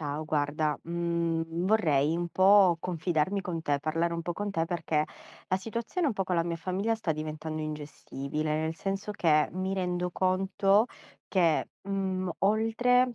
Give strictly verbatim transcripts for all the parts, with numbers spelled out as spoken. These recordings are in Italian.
Ciao, guarda, mhmm, vorrei un po' confidarmi con te, parlare un po' con te perché la situazione un po' con la mia famiglia sta diventando ingestibile, nel senso che mi rendo conto che, mhmm, oltre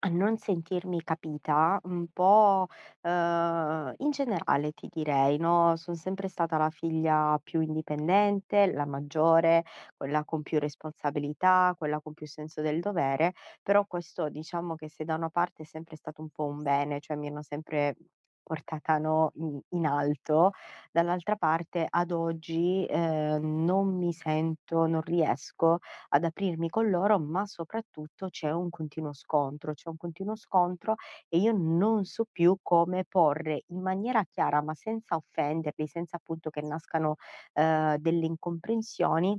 a non sentirmi capita, un po', ehm, in generale ti direi, no, son sempre stata la figlia più indipendente, la maggiore, quella con più responsabilità, quella con più senso del dovere, però questo diciamo che se da una parte è sempre stato un po' un bene, cioè mi hanno sempre portata, no, in in alto, dall'altra parte ad oggi, ehm, non mi sento, non riesco ad aprirmi con loro, ma soprattutto c'è un continuo scontro, c'è un continuo scontro e io non so più come porre in maniera chiara, ma senza offenderli, senza appunto che nascano, ehm, delle incomprensioni,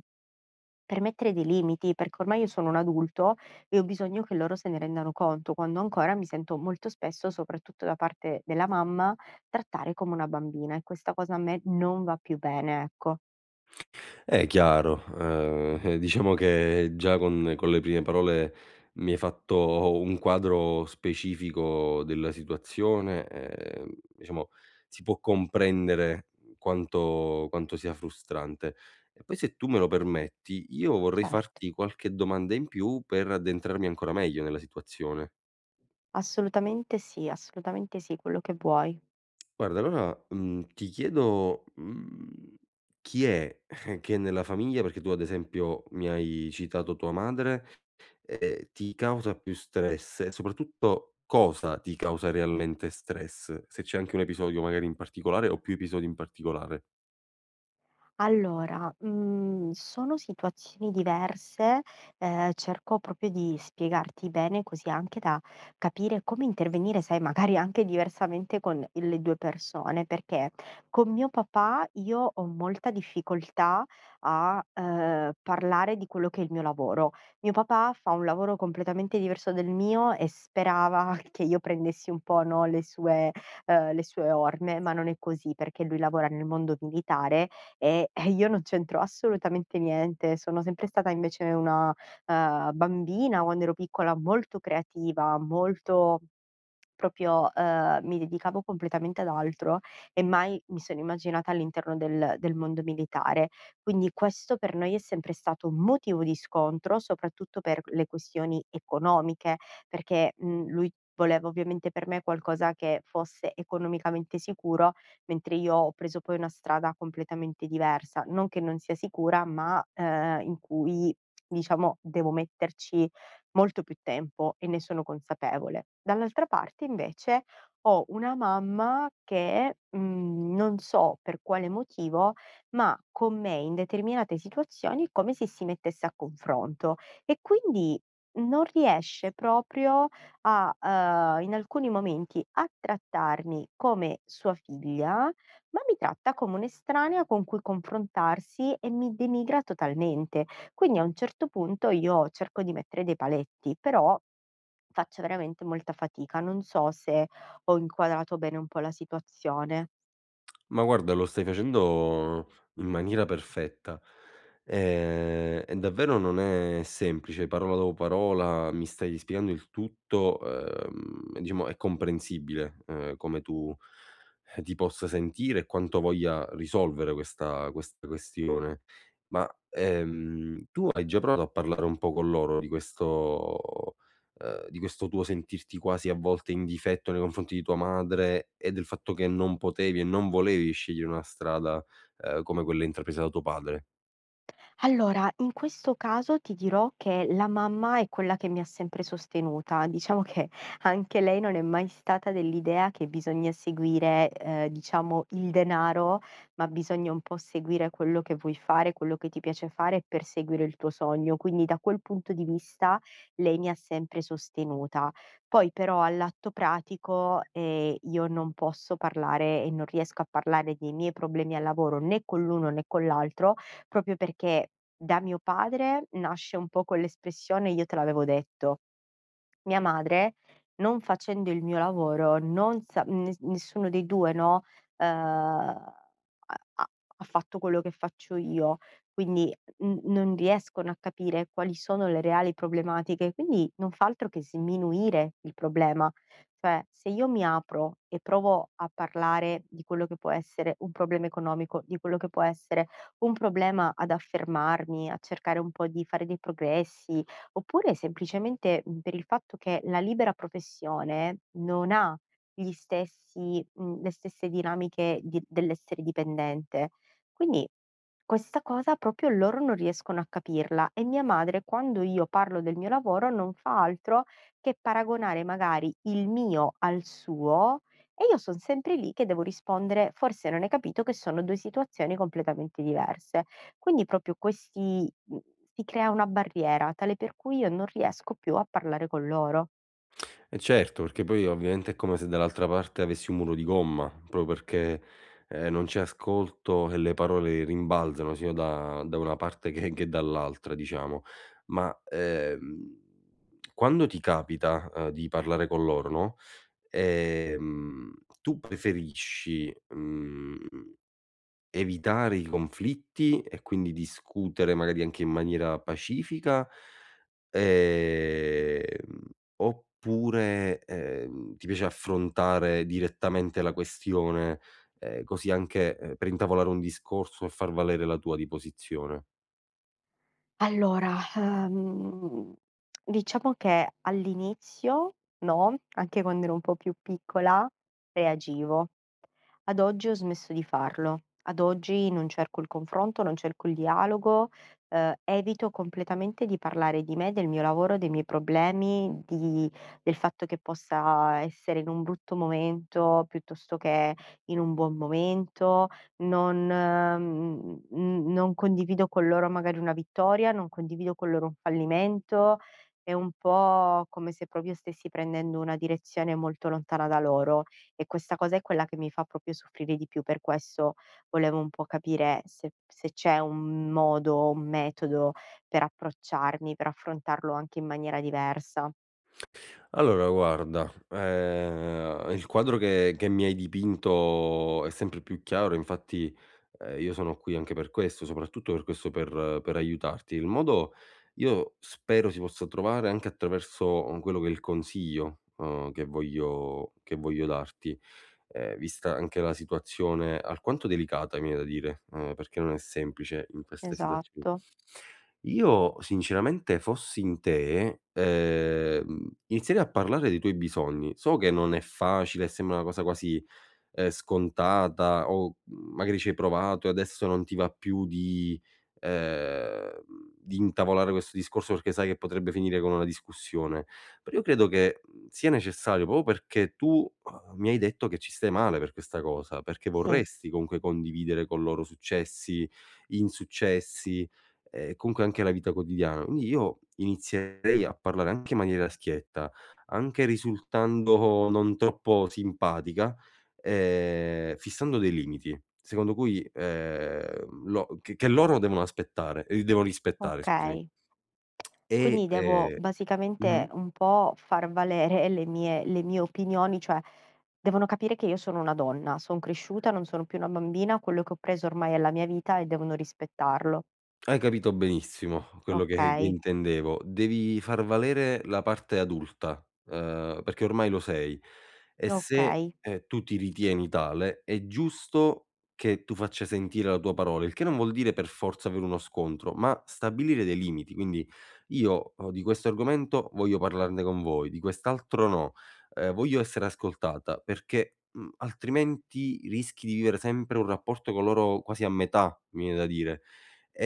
per mettere dei limiti, perché ormai io sono un adulto e ho bisogno che loro se ne rendano conto, quando ancora mi sento molto spesso, soprattutto da parte della mamma, trattare come una bambina e questa cosa a me non va più bene, ecco. Eh, chiaro. Ehm, diciamo che già con con le prime parole mi hai fatto un quadro specifico della situazione, ehm, diciamo si può comprendere quanto quanto sia frustrante. E poi se tu me lo permetti, io vorrei Certo, farti qualche domanda in più per addentrarmi ancora meglio nella situazione. assolutamente sì, assolutamente sì, quello che vuoi. Guarda allora, mhmm, ti chiedo, mhmm, chi è che nella famiglia, perché tu ad esempio mi hai citato tua madre, ehm, ti causa più stress e soprattutto cosa ti causa realmente stress? Se c'è anche un episodio magari in particolare o più episodi in particolare. Allora, mhmm, sono situazioni diverse, ehm, cerco proprio di spiegarti bene, così anche da capire come intervenire, sai, magari anche diversamente con le due persone, perché con mio papà io ho molta difficoltà a, ehm, parlare di quello che è il mio lavoro. Mio papà fa un lavoro completamente diverso del mio e sperava che io prendessi un po', no, le sue ehm, le sue orme, ma non è così, perché lui lavora nel mondo militare e e io non c'entro assolutamente niente. Sono sempre stata invece una, ehm, bambina quando ero piccola molto creativa, molto proprio, ehm, mi dedicavo completamente ad altro e mai mi sono immaginata all'interno del del mondo militare. Quindi questo per noi è sempre stato un motivo di scontro, soprattutto per le questioni economiche, perché, mhmm, lui voleva ovviamente per me qualcosa che fosse economicamente sicuro mentre io ho preso poi una strada completamente diversa. Non che non sia sicura, ma, ehm, in cui diciamo devo metterci molto più tempo e ne sono consapevole. Dall'altra parte invece ho una mamma che, mhmm, non so per quale motivo, ma con me in determinate situazioni è come se si mettesse a confronto e quindi non riesce proprio a, uhm, in alcuni momenti a trattarmi come sua figlia, ma mi tratta come un'estranea con cui confrontarsi e mi denigra totalmente. Quindi a un certo punto io cerco di mettere dei paletti, però faccio veramente molta fatica. Non so se ho inquadrato bene un po' la situazione. Ma guarda, lo stai facendo in maniera perfetta. Ehm, e davvero non è semplice, parola dopo parola mi stai spiegando il tutto, ehm, diciamo è comprensibile, ehm, come tu, eh, ti possa sentire e quanto voglia risolvere questa questa questione. Ma, ehm, tu hai già provato a parlare un po' con loro di questo ehm, di questo tuo sentirti quasi a volte in difetto nei confronti di tua madre e del fatto che non potevi e non volevi scegliere una strada, ehm, come quella intrapresa da tuo padre. Allora, in questo caso ti dirò che la mamma è quella che mi ha sempre sostenuta. Diciamo che anche lei non è mai stata dell'idea che bisogna seguire, ehm, diciamo, il denaro, ma bisogna un po' seguire quello che vuoi fare, quello che ti piace fare per seguire il tuo sogno. Quindi da quel punto di vista lei mi ha sempre sostenuta. Poi però all'atto pratico, ehm, io non posso parlare e non riesco a parlare dei miei problemi al lavoro né con l'uno né con l'altro proprio perché da mio padre nasce un po' quell'espressione: "Io te l'avevo detto". Mia madre, non facendo il mio lavoro, non sa nes nessuno dei due, no, uhm, ha ha ha fatto quello che faccio io, quindi n non riescono a capire quali sono le reali problematiche, quindi non fa altro che sminuire il problema. Cioè, se io mi apro e provo a parlare di quello che può essere un problema economico, di quello che può essere un problema ad affermarmi, a cercare un po' di fare dei progressi, oppure semplicemente, mhmm, per il fatto che la libera professione non ha gli stessi mhmm, le stesse dinamiche di dell'essere dipendente. Quindi questa cosa proprio loro non riescono a capirla e mia madre quando io parlo del mio lavoro non fa altro che paragonare magari il mio al suo e io son sempre lì che devo rispondere: "Forse non hai capito che sono due situazioni completamente diverse". Quindi proprio questi mhmm, si crea una barriera, tale per cui io non riesco più a parlare con loro. E certo, perché poi ovviamente è come se dall'altra parte avessi un muro di gomma, proprio perché, ehm, non c'è ascolto e le parole rimbalzano sia da da una parte che che dall'altra, diciamo. Ma, ehm, quando ti capita, ehm, di parlare con loro, no, ehm, tu preferisci, mhmm evitare i conflitti e quindi discutere magari anche in maniera pacifica, ehm, oppure, ehm, ti piace affrontare direttamente la questione, ehm, così anche, ehm, per intavolare un discorso e far valere la tua di posizione? Allora, ehm, diciamo che all'inizio no, anche quando ero un po' più piccola reagivo. Ad oggi ho smesso di farlo. Ad oggi non cerco il confronto, non cerco il dialogo, ehm, evito completamente di parlare di me, del mio lavoro, dei miei problemi, di del fatto che possa essere in un brutto momento piuttosto che in un buon momento. Non mhmm, n non condivido con loro magari una vittoria, non condivido con loro un fallimento. È un po' come se proprio stessi prendendo una direzione molto lontana da loro. E questa cosa è quella che mi fa proprio soffrire di più, per questo volevo un po' capire se se c'è un modo, un metodo per approcciarmi, per affrontarlo anche in maniera diversa. Allora guarda, ehm, il quadro che che mi hai dipinto è sempre più chiaro, infatti, ehm, io sono qui anche per questo, soprattutto per questo, per per aiutarti. Il modo io spero si possa trovare anche attraverso, uhm, quello che è il consiglio, uhm, che voglio che voglio darti, ehm, vista anche la situazione alquanto delicata, mi viene da dire, ehm, perché non è semplice in queste situazioni. Esatto, Io sinceramente fossi in te, ehm, inizierei a parlare dei tuoi bisogni. So che non è facile, sembra una cosa quasi, ehm, scontata o mhmm, magari ci hai provato e adesso non ti va più di ehm, di intavolare questo discorso perché sai che potrebbe finire con una discussione. Però io credo che, mhmm, sia necessario proprio perché tu, uhm, mi hai detto che ci stai male per questa cosa, perché sì, vorresti comunque condividere con loro successi, insuccessi, ehm, comunque anche la vita quotidiana. Quindi io inizierei a parlare anche in maniera schietta, anche risultando non troppo simpatica, ehm, fissando dei limiti, secondo cui, ehm, lo che che loro devono aspettare ehm, devono rispettare, scusami. okay. E Quindi devo ehm basicamente mh-mh. un po' far valere le mie le mie opinioni, cioè devono capire che io sono una donna, son cresciuta, non sono più una bambina, quello che ho preso ormai è la mia vita e devono rispettarlo. Hai capito benissimo quello che che Okay, intendevo. Devi far valere la parte adulta, ehm, perché ormai lo sei e se, okay, ehm, tu ti ritieni tale, è giusto che tu faccia sentire la tua parola, il che non vuol dire per forza avere uno scontro, ma stabilire dei limiti. Quindi io, uhm, di questo argomento voglio parlarne con voi, di quest'altro no, ehm, voglio essere ascoltata perché, mhmm, altrimenti rischi di vivere sempre un rapporto con loro quasi a metà, mi viene da dire.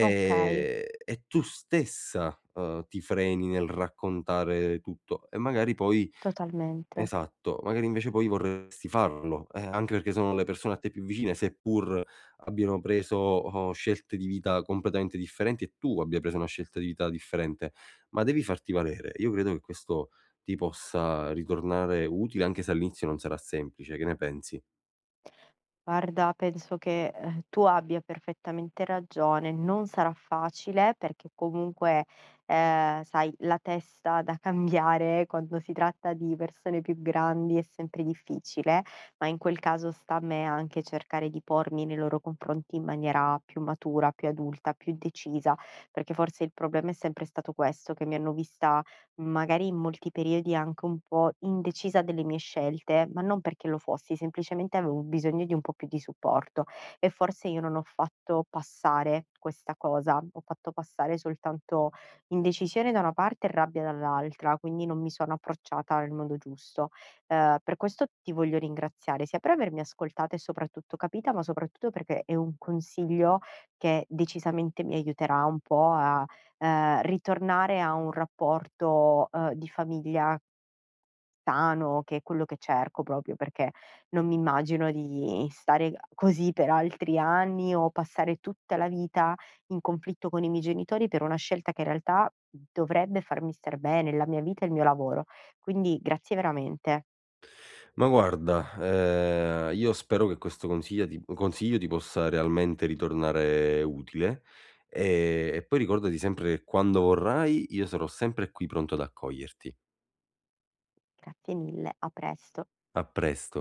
okay, E tu stessa, uhm, ti freni nel raccontare tutto e magari poi totalmente. esatto, magari invece poi vorresti farlo, eh, anche perché sono le persone a te più vicine, seppur abbiano preso, uhm, scelte di vita completamente differenti e tu abbia preso una scelta di vita differente, ma devi farti valere. Io credo che questo ti possa ritornare utile, anche se all'inizio non sarà semplice. Che ne pensi? Guarda, penso che, ehm, tu abbia perfettamente ragione. Non sarà facile perché comunque, ehm, sai, la testa da cambiare quando si tratta di persone più grandi è sempre difficile, ma in quel caso sta a me anche cercare di pormi nei loro confronti in maniera più matura, più adulta, più decisa, perché forse il problema è sempre stato questo, che mi hanno vista magari in molti periodi anche un po' indecisa delle mie scelte, ma non perché lo fossi, semplicemente avevo bisogno di un po' più di supporto e forse io non ho fatto passare questa cosa, ho fatto passare soltanto indecisione da una parte e rabbia dall'altra, quindi non mi sono approcciata nel modo giusto. Eh, per questo ti voglio ringraziare sia per avermi ascoltata e soprattutto capita, ma soprattutto perché è un consiglio che decisamente mi aiuterà un po' a ehm, ritornare a un rapporto, uhm, di famiglia sano, che è quello che cerco proprio, perché non mi immagino di stare così per altri anni o passare tutta la vita in conflitto con i miei genitori per una scelta che in realtà dovrebbe farmi star bene, la mia vita e il mio lavoro. Quindi grazie veramente. Ma guarda, ehm, io spero che questo consiglia ti consiglio ti possa realmente ritornare utile, ehm, e poi ricordati sempre che quando vorrai io sarò sempre qui pronto ad accoglierti. Grazie mille, a presto. A presto.